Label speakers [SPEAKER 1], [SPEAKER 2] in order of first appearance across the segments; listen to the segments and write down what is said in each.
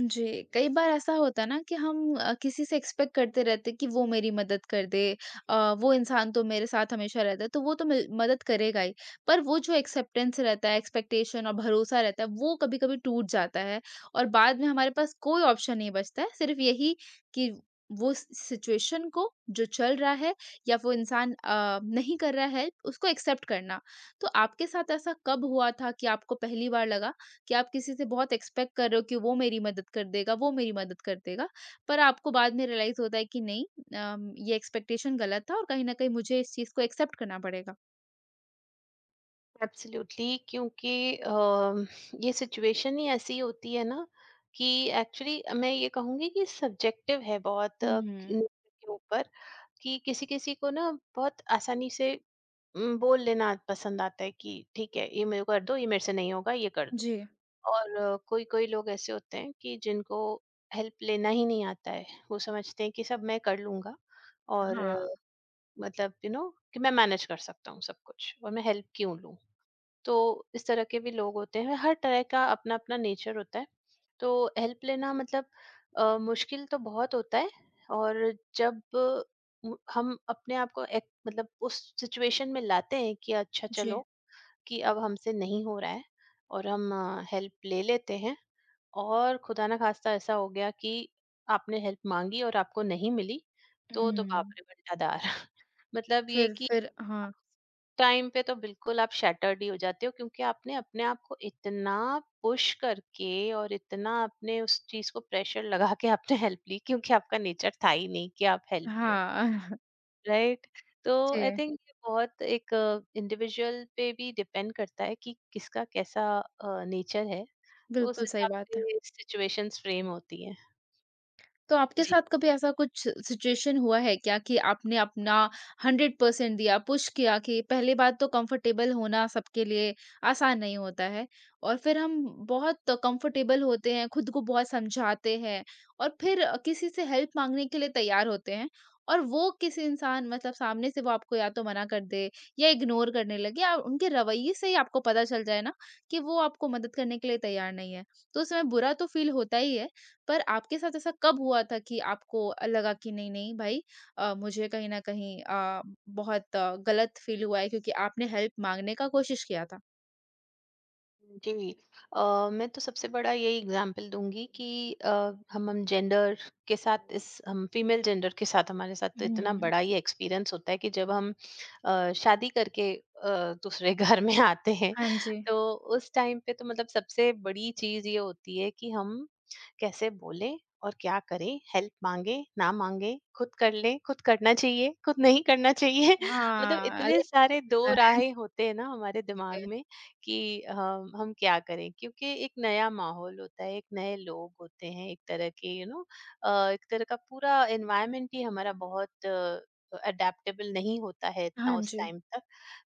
[SPEAKER 1] जी, कई बार ऐसा होता है ना कि हम किसी से एक्सपेक्ट करते रहते हैं कि वो मेरी मदद कर दे। वो इंसान तो मेरे साथ हमेशा रहता है, तो वो तो मिल मदद करेगा ही। पर वो जो एक्सेप्टेंस रहता है, एक्सपेक्टेशन और भरोसा रहता है, वो कभी-कभी टूट जाता है और बाद में हमारे पास कोई ऑप्शन नहीं बचता है, सिर्फ यही कि वो सि सिचुएशन को जो चल रहा है या वो इंसान नहीं कर रहा है, उसको एक्सेप्ट करना। तो आपके साथ ऐसा कब हुआ था कि आपको पहली बार लगा कि आप किसी से बहुत एक्सपेक्ट कर रहे हो कि वो मेरी मदद कर देगा, वो मेरी मदद कर देगा। पर आपको बाद में रियलाइज़ होता है कि नहीं, ये एक्सपेक्टेशन गलत था और कहीं न कहीं मुझे इस चीज़ को एक्सेप्ट करना पड़ेगा।
[SPEAKER 2] एब्सोल्युटली, क्योंकि ये सिचुएशन ही ऐसी होती है ना कि एक्चुअली मैं ये कहूँगी कि सब्जेक्टिव है बहुत इन
[SPEAKER 1] हुँ,
[SPEAKER 2] के ऊपर। कि किसी किसी को ना बहुत आसानी से बोल लेना पसंद आता है कि ठीक है ये मेरे को कर दो, ये मेरे से नहीं होगा, ये कर दो।
[SPEAKER 1] जी।
[SPEAKER 2] और कोई कोई लोग ऐसे होते हैं कि जिनको हेल्प लेना ही नहीं आता है। वो समझते हैं कि सब मैं कर लूंगा, और
[SPEAKER 1] हाँ।
[SPEAKER 2] मतलब यू नो कि मैं मैनेज कर सकता हूँ सब कुछ, और मैं हेल्प क्यों लूँ। तो इस तरह के भी लोग होते हैं, हर तरह का अपना अपना नेचर होता है। तो हेल्प लेना मतलब मुश्किल तो बहुत होता है। और जब हम अपने आप को मतलब उस सिचुएशन में लाते हैं कि अच्छा
[SPEAKER 1] जी।
[SPEAKER 2] चलो कि अब हमसे नहीं हो रहा है, और हम हेल्प ले लेते हैं, और खुदा ना खास्ता ऐसा हो गया कि आपने हेल्प मांगी और आपको नहीं मिली, तो बाप
[SPEAKER 1] हुँ।
[SPEAKER 2] रे बंटाधार। मतलब ये
[SPEAKER 1] फिर
[SPEAKER 2] कि
[SPEAKER 1] फिर हाँ।
[SPEAKER 2] टाइम पे तो बिल्कुल आप शैटर्ड ही हो जाते हो, क्योंकि आपने अपने आप को इतना पुश करके और इतना अपने उस चीज को प्रेशर लगा के आपने हेल्प ली, क्योंकि आपका नेचर था ही नहीं कि आप हेल्प लो।
[SPEAKER 1] हाँ।
[SPEAKER 2] राइट। तो
[SPEAKER 1] जी।
[SPEAKER 2] आई थिंक ये बहुत एक इंडिविजुअल पे भी डिपेंड करता है कि किसका कैसा नेचर है। तो उस
[SPEAKER 1] बिल्कुल सही
[SPEAKER 2] हिसाब
[SPEAKER 1] बात है।
[SPEAKER 2] से सिचुएशंस फ्रेम होती हैं।
[SPEAKER 1] तो आपके साथ कभी ऐसा कुछ सिचुएशन हुआ है क्या कि आपने अपना 100% दिया, पुश किया कि पहली बात तो कंफर्टेबल होना सबके लिए आसान नहीं होता है और फिर हम बहुत कंफर्टेबल होते हैं, खुद को बहुत समझाते हैं और फिर किसी से हेल्प मांगने के लिए तैयार होते हैं और वो किसी इंसान मतलब सामने से वो आपको या तो मना कर दे या इग्नोर करने लगे या उनके रवैये से ही आपको पता चल जाए ना कि वो आपको मदद करने के लिए तैयार नहीं है। तो उस समय बुरा तो फील होता ही है पर आपके साथ ऐसा कब हुआ था कि आपको लगा कि नहीं, नहीं भाई मुझे कहीं न कहीं बहुत गलत फ़ील हुआ है क्योंकि आपने हेल्प माँगने का कोशिश किया था?
[SPEAKER 2] जी। मैं तो सबसे बड़ा यही एग्जाम्पल दूंगी कि अ, हम जेंडर के साथ, इस हम फीमेल जेंडर के साथ, हमारे साथ तो इतना
[SPEAKER 1] हुँ।
[SPEAKER 2] बड़ा ये एक्सपीरियंस होता है कि जब हम शादी करके दूसरे घर में आते हैं।
[SPEAKER 1] हाँ जी।
[SPEAKER 2] तो उस टाइम पे तो मतलब सबसे बड़ी चीज ये होती है कि हम कैसे बोलें और क्या करें, हेल्प मांगे ना मांगे, खुद कर ले, खुद करना चाहिए, खुद नहीं करना चाहिए। मतलब
[SPEAKER 1] हाँ,
[SPEAKER 2] इतने
[SPEAKER 1] अलग
[SPEAKER 2] सारे दो
[SPEAKER 1] होता
[SPEAKER 2] राहें होते हैं ना हमारे दिमाग
[SPEAKER 1] है।
[SPEAKER 2] में कि हम क्या करें, क्योंकि एक नया माहौल होता है, एक नए लोग होते हैं, एक तरह के यू नो एक तरह का पूरा एनवायरमेंट ही हमारा बहुत अडेप्टेबल नहीं होता है इतना
[SPEAKER 1] हाँ
[SPEAKER 2] उस
[SPEAKER 1] जी।
[SPEAKER 2] टाइम तक।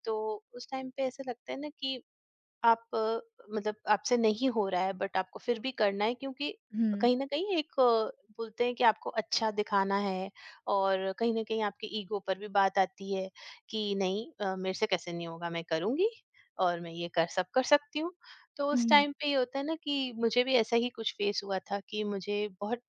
[SPEAKER 2] तो उस टाइम पे ऐसा लगता है ना कि आप मतलब आपसे नहीं हो रहा है, बट आपको फिर भी करना है, क्योंकि
[SPEAKER 1] हुँ।
[SPEAKER 2] कहीं न कहीं एक बोलते हैं कि आपको अच्छा दिखाना है, और कहीं न कहीं आपके ईगो पर भी बात आती है कि नहीं, मेरे से कैसे नहीं होगा, मैं करूँगी, और मैं ये कर सब कर सकती हूँ। तो उस
[SPEAKER 1] हुँ।
[SPEAKER 2] टाइम पे ये होता है ना कि मुझे भी ऐसा ही कुछ फेस हुआ था कि मुझे बहुत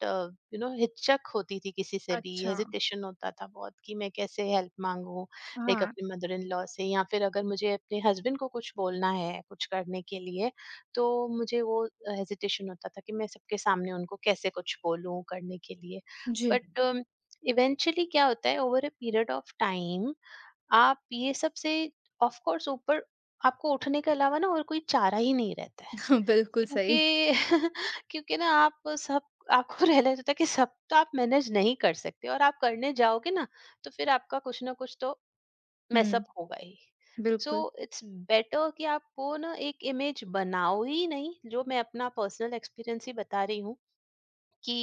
[SPEAKER 2] यू नो हिचक होती थी किसी से भी,
[SPEAKER 1] अच्छा,
[SPEAKER 2] हेजिटेशन होता था बहुत कि मैं कैसे हेल्प माँगू। लाइक
[SPEAKER 1] हाँ।
[SPEAKER 2] अपने मदर इन लॉ से, या फिर अगर मुझे अपने हस्बैंड को कुछ बोलना है, कुछ करने के लिए, तो मुझे वो हेजिटेशन होता था कि मैं सबके सामने उनको कैसे कुछ बोलूँ करने के लिए।
[SPEAKER 1] जी।
[SPEAKER 2] बट इवेंचुअली क्या होता है, over a period of time, आप ये सब से ऑफ कोर्स ऊपर, आपको उठने के अलावा ना और कोई चारा ही नहीं रहता है।
[SPEAKER 1] बिल्कुल सही।
[SPEAKER 2] क्योंकि क्योंकि ना, आप सब, आपको रियलाइज़ होता है कि सब तो आप मैनेज नहीं कर सकते, और आप करने जाओगे ना, तो फिर आपका कुछ ना कुछ तो
[SPEAKER 1] हुँ,
[SPEAKER 2] मेसअप होगा ही। सो
[SPEAKER 1] बिल्कुल।
[SPEAKER 2] इट्स बेटर कि आप वो ना एक इमेज बनाओ ही नहीं। जो मैं अपना पर्सनल एक्सपीरियंस ही बता रही हूँ कि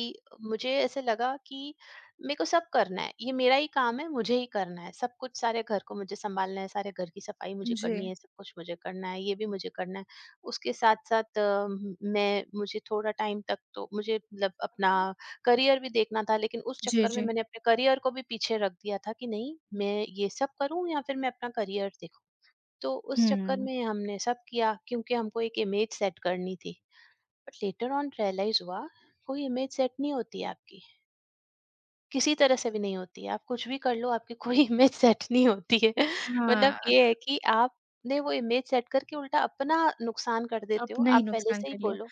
[SPEAKER 2] मुझे ऐसे लगा कि मेरे को सब करना है, ये मेरा ही काम है, मुझे ही करना है सब कुछ, सारे घर को मुझे संभालना है, सारे घर की सफाई मुझे
[SPEAKER 1] जी।
[SPEAKER 2] करनी है, सब कुछ मुझे करना है, ये भी मुझे करना है। उसके साथ साथ मैं, मुझे थोड़ा टाइम तक तो मुझे मतलब अपना करियर भी देखना था, लेकिन उस
[SPEAKER 1] जी,
[SPEAKER 2] चक्कर में
[SPEAKER 1] जी।
[SPEAKER 2] मैंने अपने करियर को भी पीछे रख दिया था कि नहीं, मैं ये सब करूं या फिर मैं अपना करियर देखूं। तो उस चक्कर
[SPEAKER 1] हुँ।
[SPEAKER 2] में हमने सब किया, क्योंकि हमको एक इमेज सेट करनी थी। बट लेटर ऑन रियलाइज हुआ कोई इमेज सेट नहीं होती है आपकी, किसी तरह से भी नहीं होती है, आप कुछ भी कर लो आपकी कोई इमेज सेट नहीं होती है। मतलब
[SPEAKER 1] हाँ,
[SPEAKER 2] ये है कि आपने वो इमेज सेट करके उल्टा अपना नुकसान कर देते हो,
[SPEAKER 1] अपना ही
[SPEAKER 2] आप पहले
[SPEAKER 1] नुकसान
[SPEAKER 2] से ही
[SPEAKER 1] कर लिया।
[SPEAKER 2] बोलो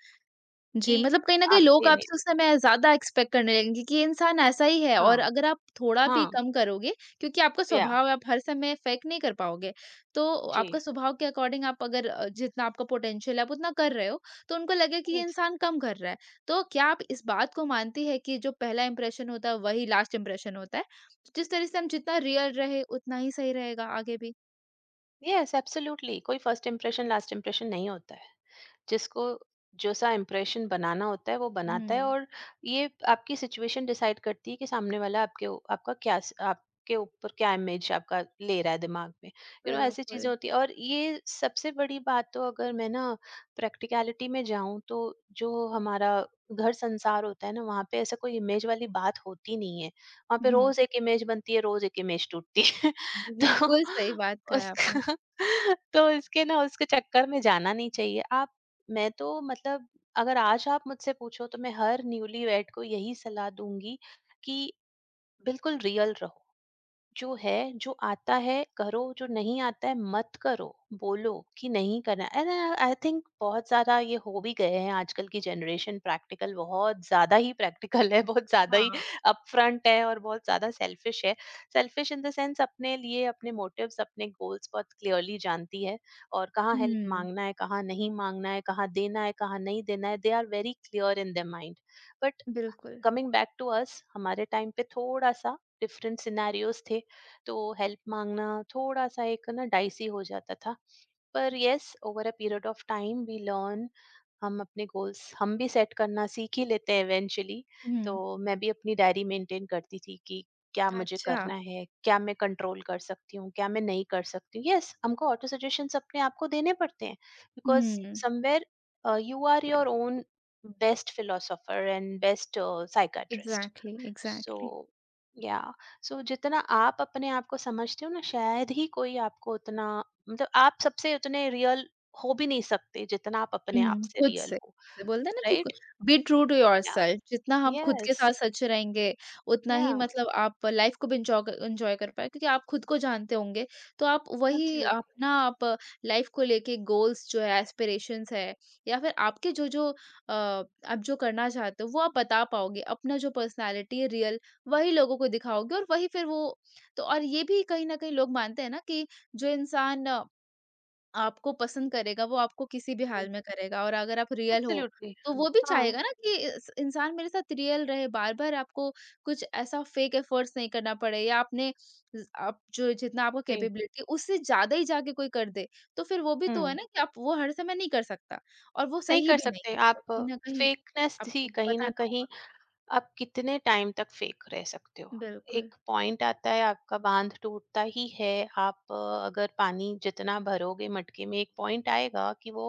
[SPEAKER 1] जी,
[SPEAKER 2] कि
[SPEAKER 1] मतलब कहीं न कहीं
[SPEAKER 2] आपसे
[SPEAKER 1] लोग
[SPEAKER 2] ये नहीं
[SPEAKER 1] आपसे उस
[SPEAKER 2] हुई।
[SPEAKER 1] समय ज़्यादा एक्सपेक्ट करने लगेंगे कि ये इंसान ऐसा ही है और
[SPEAKER 2] हाँ।
[SPEAKER 1] अगर आप थोड़ा भी
[SPEAKER 2] हाँ।
[SPEAKER 1] कम करोगे क्योंकि आपका
[SPEAKER 2] या।
[SPEAKER 1] स्वभाव है, आप हर समय फेक नहीं कर पाओगे। तो
[SPEAKER 2] जी।
[SPEAKER 1] आपका स्वभाव के अकॉर्डिंग आप अगर जितना आपका पोटेंशियल है, आप उतना कर रहे हो, तो उनको लगे कि ये इंसान कम कर रहा है। तो क्या आप इस बात को मानती हैं कि जो पहला इंप्रेशन होता है, वही लास्ट इंप्रेशन होता है? जिस तरह से हम जितना रियल रहे, उतना ही सही रहेगा आगे भी?
[SPEAKER 2] Yes, absolutely. कोई फर्स्ट इंप्रेशन लास्ट इंप्रेशन नहीं होता है। जिसको जैसा इम्प्रेशन बनाना होता है वो बनाता है,
[SPEAKER 1] हुँ,
[SPEAKER 2] और ये आपकी सिचुएशन डिसाइड करती है कि सामने वाला आपके ऊ- आपका क्या स- आपके ऊपर क्या इमेज आपका ले रहा है दिमाग में। यू नो ऐसी चीजें
[SPEAKER 1] बिल्कुल।
[SPEAKER 2] होती है, और ये सबसे बड़ी बात, तो अगर मैं ना प्रैक्टिकलिटी में जाऊं तो, जो हमारा घर संसार होता है ना, वहाँ पे ऐसा कोई इमेज वाली बात होती नहीं है, वहाँ पे
[SPEAKER 1] हुँ,
[SPEAKER 2] रोज एक इमेज बनती है, रोज एक इमेज टूटती है। तो
[SPEAKER 1] बिल्कुल सही बात कहा है आपने।
[SPEAKER 2] उसका तो इसके ना उसके चक्कर में जाना नहीं चाहिए आप। मैं तो मतलब अगर आज आप मुझसे पूछो, तो मैं हर न्यूलीवैड को यही सलाह दूंगी कि बिल्कुल रियल रहो, जो है, जो आता है करो, जो नहीं आता है मत करो, बोलो कि नहीं करना। एंड आई थिंक बहुत ज़्यादा ये हो भी गए हैं आजकल की जनरेशन, प्रैक्टिकल, बहुत ज़्यादा ही प्रैक्टिकल है, बहुत ज़्यादा ही
[SPEAKER 1] हाँ।
[SPEAKER 2] अपफ्रंट है, और बहुत ज़्यादा सेल्फिश है। सेल्फिश इन द सेंस अपने लिए अपने मोटिव्स अपने गोल्स बहुत क्लियरली जानती है, और कहाँ हेल्प
[SPEAKER 1] हुँ।
[SPEAKER 2] मांगना है कहाँ नहीं मांगना है, कहाँ देना है कहाँ नहीं देना है, they are very clear in the mind. But
[SPEAKER 1] बिल्कुल।
[SPEAKER 2] कमिंग बैक टू अस, हमारे टाइम पे थोड़ा सा डिफरेंट सिनेरियोस थे। तो हेल्प मांगना थोड़ा सा एक ना डाइसी हो जाता था। पर yes, over a period of time we learn. हम अपने गोल्स हम भी सेट करना सीख ही लेते हैं इवेंचुअली। तो
[SPEAKER 1] हुँ।
[SPEAKER 2] मैं भी अपनी डायरी मेंटेन करती थी कि क्या मुझे
[SPEAKER 1] अच्छा।
[SPEAKER 2] करना है, क्या मैं कंट्रोल कर सकती हूँ, क्या मैं नहीं कर सकती हूँ। यस, हमको ऑटो सजेशंस अपने आप को देने पड़ते हैं। Because
[SPEAKER 1] hmm.
[SPEAKER 2] Somewhere you are your own best philosopher and best psychiatrist.
[SPEAKER 1] Exactly,
[SPEAKER 2] so,
[SPEAKER 1] exactly.
[SPEAKER 2] Yeah, so जितना आप अपने आप को समझते हो ना, शायद ही कोई आपको उतना मतलब आप सबसे उतने रियल हो भी नहीं सकते जितना आप अपने आप
[SPEAKER 1] हुँ,
[SPEAKER 2] से
[SPEAKER 1] खुद
[SPEAKER 2] रियल
[SPEAKER 1] से
[SPEAKER 2] हो।
[SPEAKER 1] से बोलते हैं ना कि कु
[SPEAKER 2] right.
[SPEAKER 1] Be true to
[SPEAKER 2] yeah.
[SPEAKER 1] Yourself, जितना हम खुद के
[SPEAKER 2] यस।
[SPEAKER 1] साथ सच रहेंगे, उतना
[SPEAKER 2] या।
[SPEAKER 1] ही मतलब आप लाइफ़ को भी एन्जॉय कर पाए क्योंकि आप खुद को जानते होंगे, तो आप वही
[SPEAKER 2] एब्सोल्युटली।
[SPEAKER 1] अपना आप लाइफ़ को लेके गोल्स जो है, एस्पिरेशंस है या फिर आपके जो-जो आप जो करना चाहते हो, वो आप बता पाओगे। अपना जो पर्सनैलिटी है रियल, वही लोगों को दिखाओगे और वही फिर वो, तो और ये भी कहीं न कहीं लोग मानते हैं ना कि जो इंसान आपको पसंद करेगा, वो आपको किसी भी हाल
[SPEAKER 2] हम्म,
[SPEAKER 1] में करेगा और अगर आप रियल हो,
[SPEAKER 2] एब्सोल्युटली।
[SPEAKER 1] तो वो भी
[SPEAKER 2] हाँ।
[SPEAKER 1] चाहेगा ना कि इस इंसान मेरे साथ रियल रहे, बार-बार आपको कुछ ऐसा फेक एफर्ट्स नहीं करना पड़े या आपने ज आप जो जितना आपका
[SPEAKER 2] जी।
[SPEAKER 1] कैपेबिलिटी उससे ज़्यादा ही जाके कोई कर दे, तो फिर वो भी तो है
[SPEAKER 2] हम्म।
[SPEAKER 1] ना कि आप वो हर समय नहीं कर सकता और वो
[SPEAKER 2] नहीं
[SPEAKER 1] सही
[SPEAKER 2] कर
[SPEAKER 1] भी नहीं
[SPEAKER 2] सकते
[SPEAKER 1] है, तो
[SPEAKER 2] आप।
[SPEAKER 1] कहीं न कहीं
[SPEAKER 2] फेकनेस थी
[SPEAKER 1] आपको
[SPEAKER 2] कहीं ना
[SPEAKER 1] बताना होगा।
[SPEAKER 2] कहीं। आप कितने टाइम तक फेक रह सकते हो?
[SPEAKER 1] बिल्कुल।
[SPEAKER 2] एक पॉइंट आता है आपका बांध टूटता ही है। आप अगर पानी जितना भरोगे मटके में, एक पॉइंट आएगा कि वो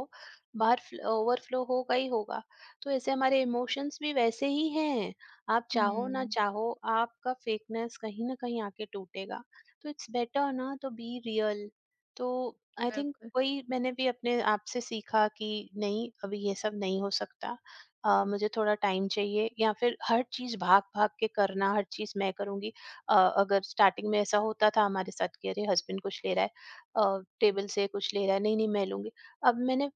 [SPEAKER 2] बाहर ओवरफ्लो होगा ही होगा। तो ऐसे हमारे इमोशंस भी वैसे ही हैं। आप चाहो ना
[SPEAKER 1] हुँ,
[SPEAKER 2] चाहो, आपका फेकनेस कहीं ना कहीं आके टूटेगा। तो इट्स बेटर ना तो बी रियल। तो आई थिंक
[SPEAKER 1] बिल्कुल।
[SPEAKER 2] वही मैंने भी अपने आप से सीखा कि नहीं, अभी ये सब नहीं हो सकता। मुझे थोड़ा टाइम चाहिए, या फिर हर चीज़ भाग-भाग के करना, हर चीज़ मैं करूँगी। अगर स्टार्टिंग में ऐसा होता था हमारे साथ कि अरे हस्बैंड कुछ ले रहा है, टेबल से कुछ ले रहा है, नहीं-नहीं मैं लूँगी। अब मैंने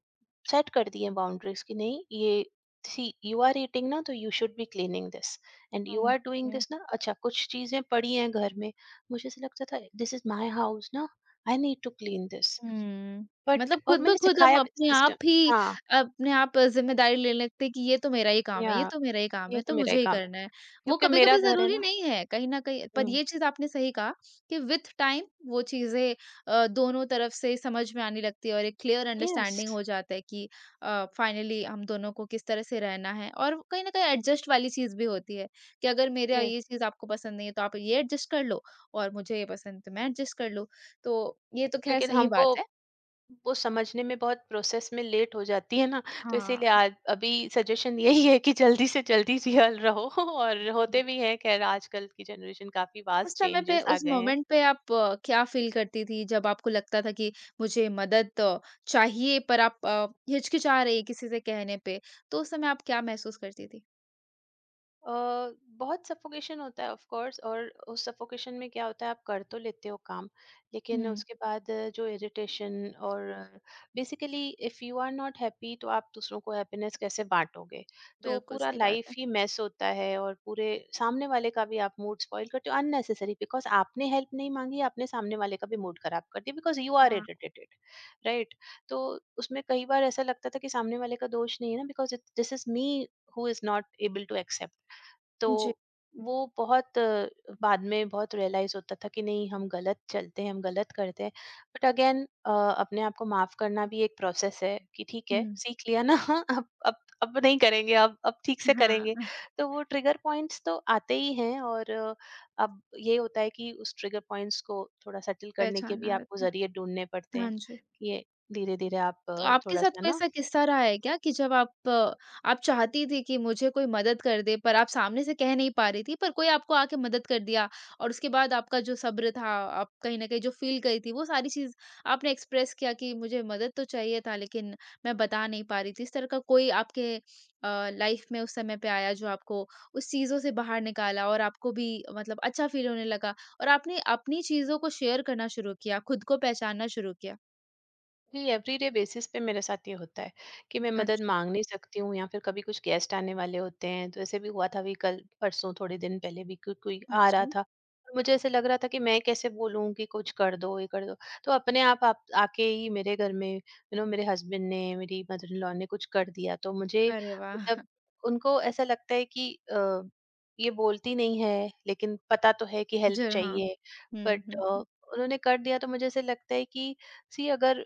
[SPEAKER 2] सेट कर दी है बाउंड्रीज़ कि नहीं ये, सी यू आर ईटिंग ना तो you should be cleaning this, and you are doing
[SPEAKER 1] okay.
[SPEAKER 2] This ना। अच्छा, कुछ चीज़ें पड़ी हैं घर में, मुझे ऐसा लगता था दिस इज़ माय हाउस ना, I need to clean this.
[SPEAKER 1] Hmm.
[SPEAKER 2] But
[SPEAKER 1] मतलब खुद
[SPEAKER 2] और
[SPEAKER 1] ब
[SPEAKER 2] मैंने
[SPEAKER 1] खुद हम
[SPEAKER 2] सिखाया भी
[SPEAKER 1] अपने आप
[SPEAKER 2] सिस्टम।
[SPEAKER 1] ही
[SPEAKER 2] हाँ,
[SPEAKER 1] अपने आप ज़िम्मेदारी ले लेते हैं कि ये तो मेरा ही काम
[SPEAKER 2] या,
[SPEAKER 1] है, ये तो मेरा ही काम है,
[SPEAKER 2] ये
[SPEAKER 1] तो
[SPEAKER 2] तो मेरा ही
[SPEAKER 1] मुझे ही
[SPEAKER 2] काम है,
[SPEAKER 1] करना है। वो
[SPEAKER 2] क्योंकि मेरा
[SPEAKER 1] कभी-कभी
[SPEAKER 2] घर है
[SPEAKER 1] ज़रूरी
[SPEAKER 2] ना।
[SPEAKER 1] नहीं है कहीं न कहीं पर
[SPEAKER 2] हुँ।
[SPEAKER 1] ये चीज़ आपने सही कहा कि विथ टाइम वो चीज़ें दोनों तरफ से समझ में आने लगती है और एक क्लियर
[SPEAKER 2] यस,
[SPEAKER 1] अंडरस्टैंडिंग हो जाता है कि फाइनली हम दोनों को किस तरह से रहना है और कहीं न कहीं एडजस्ट वाली चीज़ भी होती है कि अगर मेरा ये
[SPEAKER 2] यस।
[SPEAKER 1] चीज़ आपको पसंद नहीं है, तो आप ये एडजस्ट कर लो और मुझे ये पसंद है, तो मैं एडजस्ट कर लूँ। तो ये तो ख़ैर
[SPEAKER 2] लेकिन
[SPEAKER 1] सही
[SPEAKER 2] हमको
[SPEAKER 1] बात है।
[SPEAKER 2] वो समझने में बहुत प्रोसेस में लेट हो जाती है ना, तो इसीलिए
[SPEAKER 1] हाँ।
[SPEAKER 2] आज अभी सजेशन यही है कि जल्दी से जल्दी रियल रहो। और होते भी हैं खैर आजकल की जनरेशन, काफ़ी
[SPEAKER 1] उस
[SPEAKER 2] वास्ट
[SPEAKER 1] समय पे
[SPEAKER 2] चेंजेस आ
[SPEAKER 1] उस
[SPEAKER 2] गए हैं।
[SPEAKER 1] मोमेंट पे आप क्या फ़ील करती थी जब आपको लगता था कि मुझे मदद चाहिए पर आप हिचकिचा रही किसी से कहने पे, तो उस समय आप क्या महसूस करती थी?
[SPEAKER 2] अ, बहुत सफोकेशन होता है ऑफ कोर्स, और उस सफोकेशन में क्या होता है आप कर तो लेते हो काम, लेकिन
[SPEAKER 1] हुँ।
[SPEAKER 2] उसके बाद जो इरिटेशन और basically if you are not happy, तो आप दूसरों को हैप्पीनेस कैसे बांटोगे? तो
[SPEAKER 1] बिल्कुल
[SPEAKER 2] पूरा
[SPEAKER 1] सही बात
[SPEAKER 2] लाइफ
[SPEAKER 1] है।
[SPEAKER 2] ही मेस होता है, और पूरे सामने वाले का भी आप मूड स्पॉइल करते हो अननेसेसरी, बिकॉज आपने हेल्प नहीं मांगी, आपने सामने वाले का भी मूड खराब कर दिया बिकॉज यू आर
[SPEAKER 1] हाँ।
[SPEAKER 2] इरिटेटेड। राइट। तो उसमें कई बार ऐसा लगता था कि सामने वाले का दोष नहीं है ना, because this is me who is not able to accept.
[SPEAKER 1] जी।
[SPEAKER 2] तो वो बहुत बाद में बहुत रियलाइज होता था कि नहीं, हम गलत चलते हैं, हम गलत करते हैं। बट अगेन, अपने आप को माफ करना भी एक प्रोसेस है कि ठीक है
[SPEAKER 1] हुँ।
[SPEAKER 2] सीख लिया ना। अब अब नहीं करेंगे, अब ठीक से करेंगे।
[SPEAKER 1] हाँ,
[SPEAKER 2] तो वो ट्रिगर पॉइंट्स तो आते ही हैं, और अब ये होता है कि उस ट्रिगर पॉइंट्स को थोड़ा सेटल करने के भी
[SPEAKER 1] पहचाना
[SPEAKER 2] आपको
[SPEAKER 1] रहता है।
[SPEAKER 2] जरिए ढूंढने पड़ते
[SPEAKER 1] हाँ
[SPEAKER 2] हैं
[SPEAKER 1] जी।
[SPEAKER 2] कि ये धीरे धीरे आप
[SPEAKER 1] तो आपके
[SPEAKER 2] थोड़ा
[SPEAKER 1] साथ
[SPEAKER 2] सा
[SPEAKER 1] कोई
[SPEAKER 2] ना।
[SPEAKER 1] ऐसा किस्सा रहा है क्या कि जब आप आप चाहती थी कि मुझे कोई मदद कर दे पर आप सामने से कह नहीं पा रही थी पर कोई आपको आके मदद कर दिया और उसके बाद आपका जो सब्र था आप कहीं ना कहीं जो फील करी थी वो सारी चीज आपने एक्सप्रेस किया कि मुझे मदद तो चाहिए था लेकिन मैं बता नहीं पा रही थी, इस तरह का कोई आपके लाइफ में उस समय पे आया जो आपको उस चीजों से बाहर निकाला और आपको भी मतलब अच्छा फील होने लगा और आपने अपनी चीजों को शेयर करना शुरू किया, खुद को पहचानना शुरू किया।
[SPEAKER 2] जी, एवरीडे बेसिस पे मेरे साथ ये होता है कि मैं मदद
[SPEAKER 1] अच्छा,
[SPEAKER 2] मांग नहीं सकती हूँ, या फिर कभी कुछ गेस्ट आने वाले होते हैं। तो ऐसे भी हुआ था, अभी कल परसों थोड़े दिन पहले भी कोई कोई आ
[SPEAKER 1] अच्छा।
[SPEAKER 2] रहा था और मुझे ऐसे लग रहा था कि मैं कैसे बोलूँ कि कुछ कर दो, ये कर दो। तो अपने आप आके ही मेरे घर में, यू नो, मेरे हस्बैंड ने, मेरी मदर इन लॉ ने कुछ कर दिया तो मुझे
[SPEAKER 1] अरे
[SPEAKER 2] मतलब
[SPEAKER 1] वाह!
[SPEAKER 2] उनको ऐसा लगता है कि ये बोलती नहीं है लेकिन पता तो है कि हेल्प
[SPEAKER 1] ज़र हाँ।
[SPEAKER 2] चाहिए।
[SPEAKER 1] Hmm,
[SPEAKER 2] but
[SPEAKER 1] hmm, hmm.
[SPEAKER 2] उन्होंने कर दिया तो मुझे ऐसे लगता है कि सी, अगर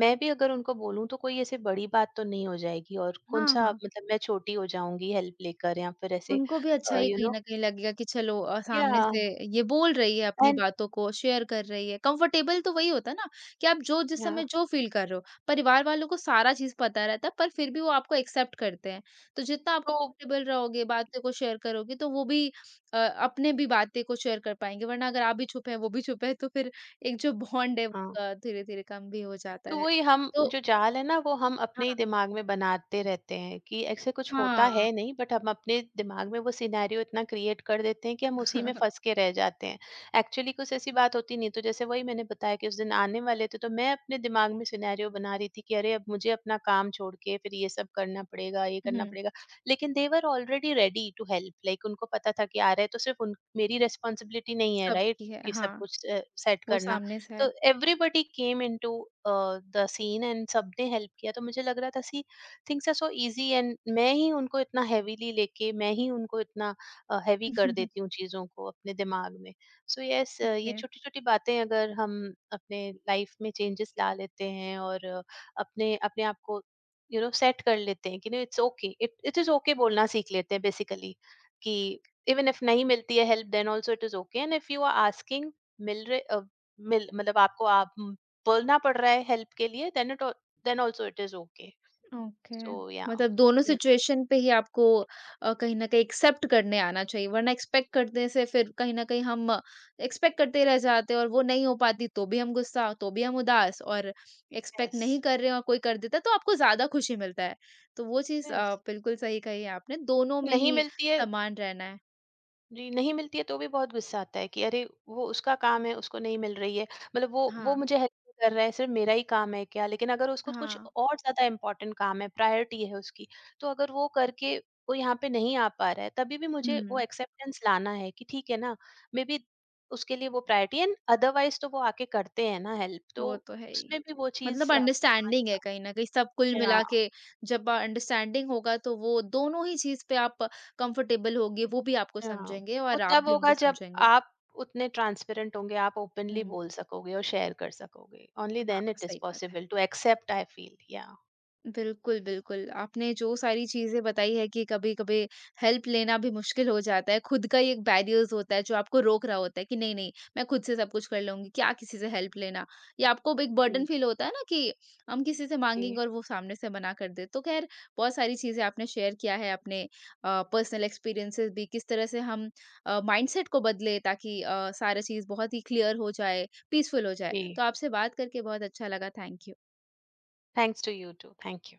[SPEAKER 2] मैं भी अगर उनको बोलूँ तो कोई ऐसे बड़ी बात तो नहीं हो जाएगी और
[SPEAKER 1] हाँ,
[SPEAKER 2] कौन-सा
[SPEAKER 1] हाँ।
[SPEAKER 2] मतलब मैं छोटी हो जाऊँगी हेल्प लेकर या फिर ऐसे
[SPEAKER 1] उनको भी अच्छा ही
[SPEAKER 2] यू
[SPEAKER 1] कहीं
[SPEAKER 2] नो
[SPEAKER 1] न कहीं लगेगा कि चलो
[SPEAKER 2] या
[SPEAKER 1] सामने से ये बोल रही है अपनी
[SPEAKER 2] एंड
[SPEAKER 1] बातों को, शेयर कर रही है। कंफर्टेबल तो वही होता है ना कि आप जो जिस
[SPEAKER 2] या
[SPEAKER 1] समय जो फ़ील कर रहे हो, परिवार वालों को सारा चीज़ पता रहता है पर फिर भी वो आपको एक्सेप्ट करते हैं। तो जितना आप
[SPEAKER 2] तो
[SPEAKER 1] कंफर्टेबल रहोगे, बातें को शेयर करोगे तो वो भी अपने भी बातें को शेयर कर पाएँगे वरना अगर आप भी छुपे हैं, वो भी छुपे हैं तो फिर एक जो बॉन्ड है
[SPEAKER 2] हाँ।
[SPEAKER 1] धीरे-धीरे कम भी हो जाता
[SPEAKER 2] तो
[SPEAKER 1] है।
[SPEAKER 2] वही, हम
[SPEAKER 1] तो
[SPEAKER 2] जो जाल है ना, वो हम अपने
[SPEAKER 1] हाँ,
[SPEAKER 2] ही दिमाग में बनाते रहते हैं कि ऐसे कुछ होता
[SPEAKER 1] हाँ।
[SPEAKER 2] है नहीं, बट हम अपने दिमाग में वो सिनेरियो इतना क्रिएट कर देते हैं कि हम उसी में फंस के रह जाते हैं। एक्चुअली कुछ ऐसी बात होती नहीं। तो जैसे वही मैंने बताया कि उस दिन आने वाले थे तो मैं अपने दिमाग में सिनेरियो बना रही थी कि अरे अब मुझे अपना काम छोड़ के फिर ये सब करना पड़ेगा, ये करना
[SPEAKER 1] हुँ,
[SPEAKER 2] पड़ेगा। लेकिन they were already ready to help, like उनको पता था कि आ रहे हैं, तो सिर्फ उन मेरी रेस्पॉन्सिबिलिटी नहीं है, राइट,
[SPEAKER 1] सबकी है,
[SPEAKER 2] कि
[SPEAKER 1] हाँ,
[SPEAKER 2] सब कुछ सेट
[SPEAKER 1] वो
[SPEAKER 2] करना।
[SPEAKER 1] सामने से है।
[SPEAKER 2] तो everybody came into the scene and सबने हेल्प किया, तो मुझे लग रहा था, see, things are so easy and मैं ही उनको इतना हेवीली लेके, मैं ही उनको इतना हैवी कर देती हूँ चीजों को अपने दिमाग में। सो so, यस yes, ये
[SPEAKER 1] जी,
[SPEAKER 2] छोटी छोटी बातें अगर हम अपने लाइफ में चेंजेस ला लेते हैं और अपने अपने आप को यू नो सेट कर लेते हैं कि नहीं, it's okay, it it is okay बोलना सीख लेते हैं बेसिकली कि इवन इफ नहीं मिलती है help then also it is okay, and if you are asking मिल रहे, मिल मतलब आपको आप बोलना पड़ रहा है हेल्प के लिए, then it then also it is okay.
[SPEAKER 1] Okay.
[SPEAKER 2] So yeah.
[SPEAKER 1] मतलब दोनों सिचुएशन पे ही आपको कहीं न कहीं एक्सेप्ट करने आना चाहिए, वरना एक्सपेक्ट करने से फिर कहीं न कहीं हम एक्सपेक्ट करते रह जाते हैं और वो नहीं हो पाती, तो भी हम गुस्सा, तो भी हम उदास और एक्सपेक्ट
[SPEAKER 2] यस,
[SPEAKER 1] नहीं कर रहे हैं और कोई कर देता है, तो आपको ज़्यादा खुशी मिलता है। तो वो चीज़
[SPEAKER 2] यस,
[SPEAKER 1] बिल्कुल सही कही है आपने, दोनों में
[SPEAKER 2] नहीं
[SPEAKER 1] ही
[SPEAKER 2] मिलती है।
[SPEAKER 1] समान रहना है।
[SPEAKER 2] जी, नहीं मिलती है तो भी बहुत गुस्सा आता है कि अरे वो उसका काम है, उसको नहीं मिल रही है। मतलब वो
[SPEAKER 1] हाँ,
[SPEAKER 2] मुझे हेल्प कर रहा है, सिर्फ़ मेरा ही काम है क्या? लेकिन अगर उसको कुछ
[SPEAKER 1] हाँ।
[SPEAKER 2] और ज़्यादा इम्पोर्टेंट काम है, प्रायोरिटी है उसकी, तो अगर वो करके वो यहाँ पे नहीं आ पा रहा है, तभी भी मुझे वो
[SPEAKER 1] हुँ।
[SPEAKER 2] एक्सेप्टेंस लाना है कि ठीक है ना, मेबी उसके लिए वो प्रायोरिटी है। एंड अदरवाइज़ तो वो आके करते हैं ना हेल्प, तो
[SPEAKER 1] वो तो है ही।
[SPEAKER 2] उसमें भी वो
[SPEAKER 1] मतलब
[SPEAKER 2] चीज़ आपको समझ।
[SPEAKER 1] अंडरस्टैंडिंग है कहीं न कहीं सब कुल मिला के, जब अंडरस्टैंडिंग होगा तो वो दोनों ही चीज़ पे आप कंफर्टेबल होगे, वो भी आपको
[SPEAKER 2] हाँ,
[SPEAKER 1] समझेंगे
[SPEAKER 2] वो
[SPEAKER 1] और आप
[SPEAKER 2] तब
[SPEAKER 1] भी
[SPEAKER 2] होगा
[SPEAKER 1] उनको
[SPEAKER 2] जब
[SPEAKER 1] समझेंगे।
[SPEAKER 2] आप उतने ट्रांसपेरेंट होंगे, आप ओपनली
[SPEAKER 1] हुँ।
[SPEAKER 2] बोल सकोगे और शेयर कर सकोगे, ओनली
[SPEAKER 1] हाँ,
[SPEAKER 2] देन इट इज
[SPEAKER 1] सही बात।
[SPEAKER 2] Possible to accept I feel yeah.
[SPEAKER 1] बिल्कुल, बिल्कुल। आपने जो सारी चीज़ें बताई है कि कभी-कभी हेल्प लेना भी मुश्किल हो जाता है। खुद का ही एक बैरियर्स होता है जो आपको रोक रहा होता है कि नहीं, नहीं मैं खुद से सब कुछ कर लूँगी, क्या किसी से हेल्प लेना। या आपको एक बर्डन
[SPEAKER 2] जी।
[SPEAKER 1] फ़ील होता है ना कि हम किसी से
[SPEAKER 2] जी।
[SPEAKER 1] माँगेंगे और वो सामने से मना कर दे। तो ख़ैर, बहुत सारी चीज़ें आपने शेयर किया है अपने पर्सनल एक्सपीरियंसेस भी, किस तरह से हम माइंडसेट को बदले ताकि सारा चीज़ बहुत ही क्लियर हो जाए, पीसफुल हो जाए।
[SPEAKER 2] जी,
[SPEAKER 1] तो आपसे बात करके बहुत अच्छा लगा। Thank you.
[SPEAKER 2] Thanks to you too, thank you.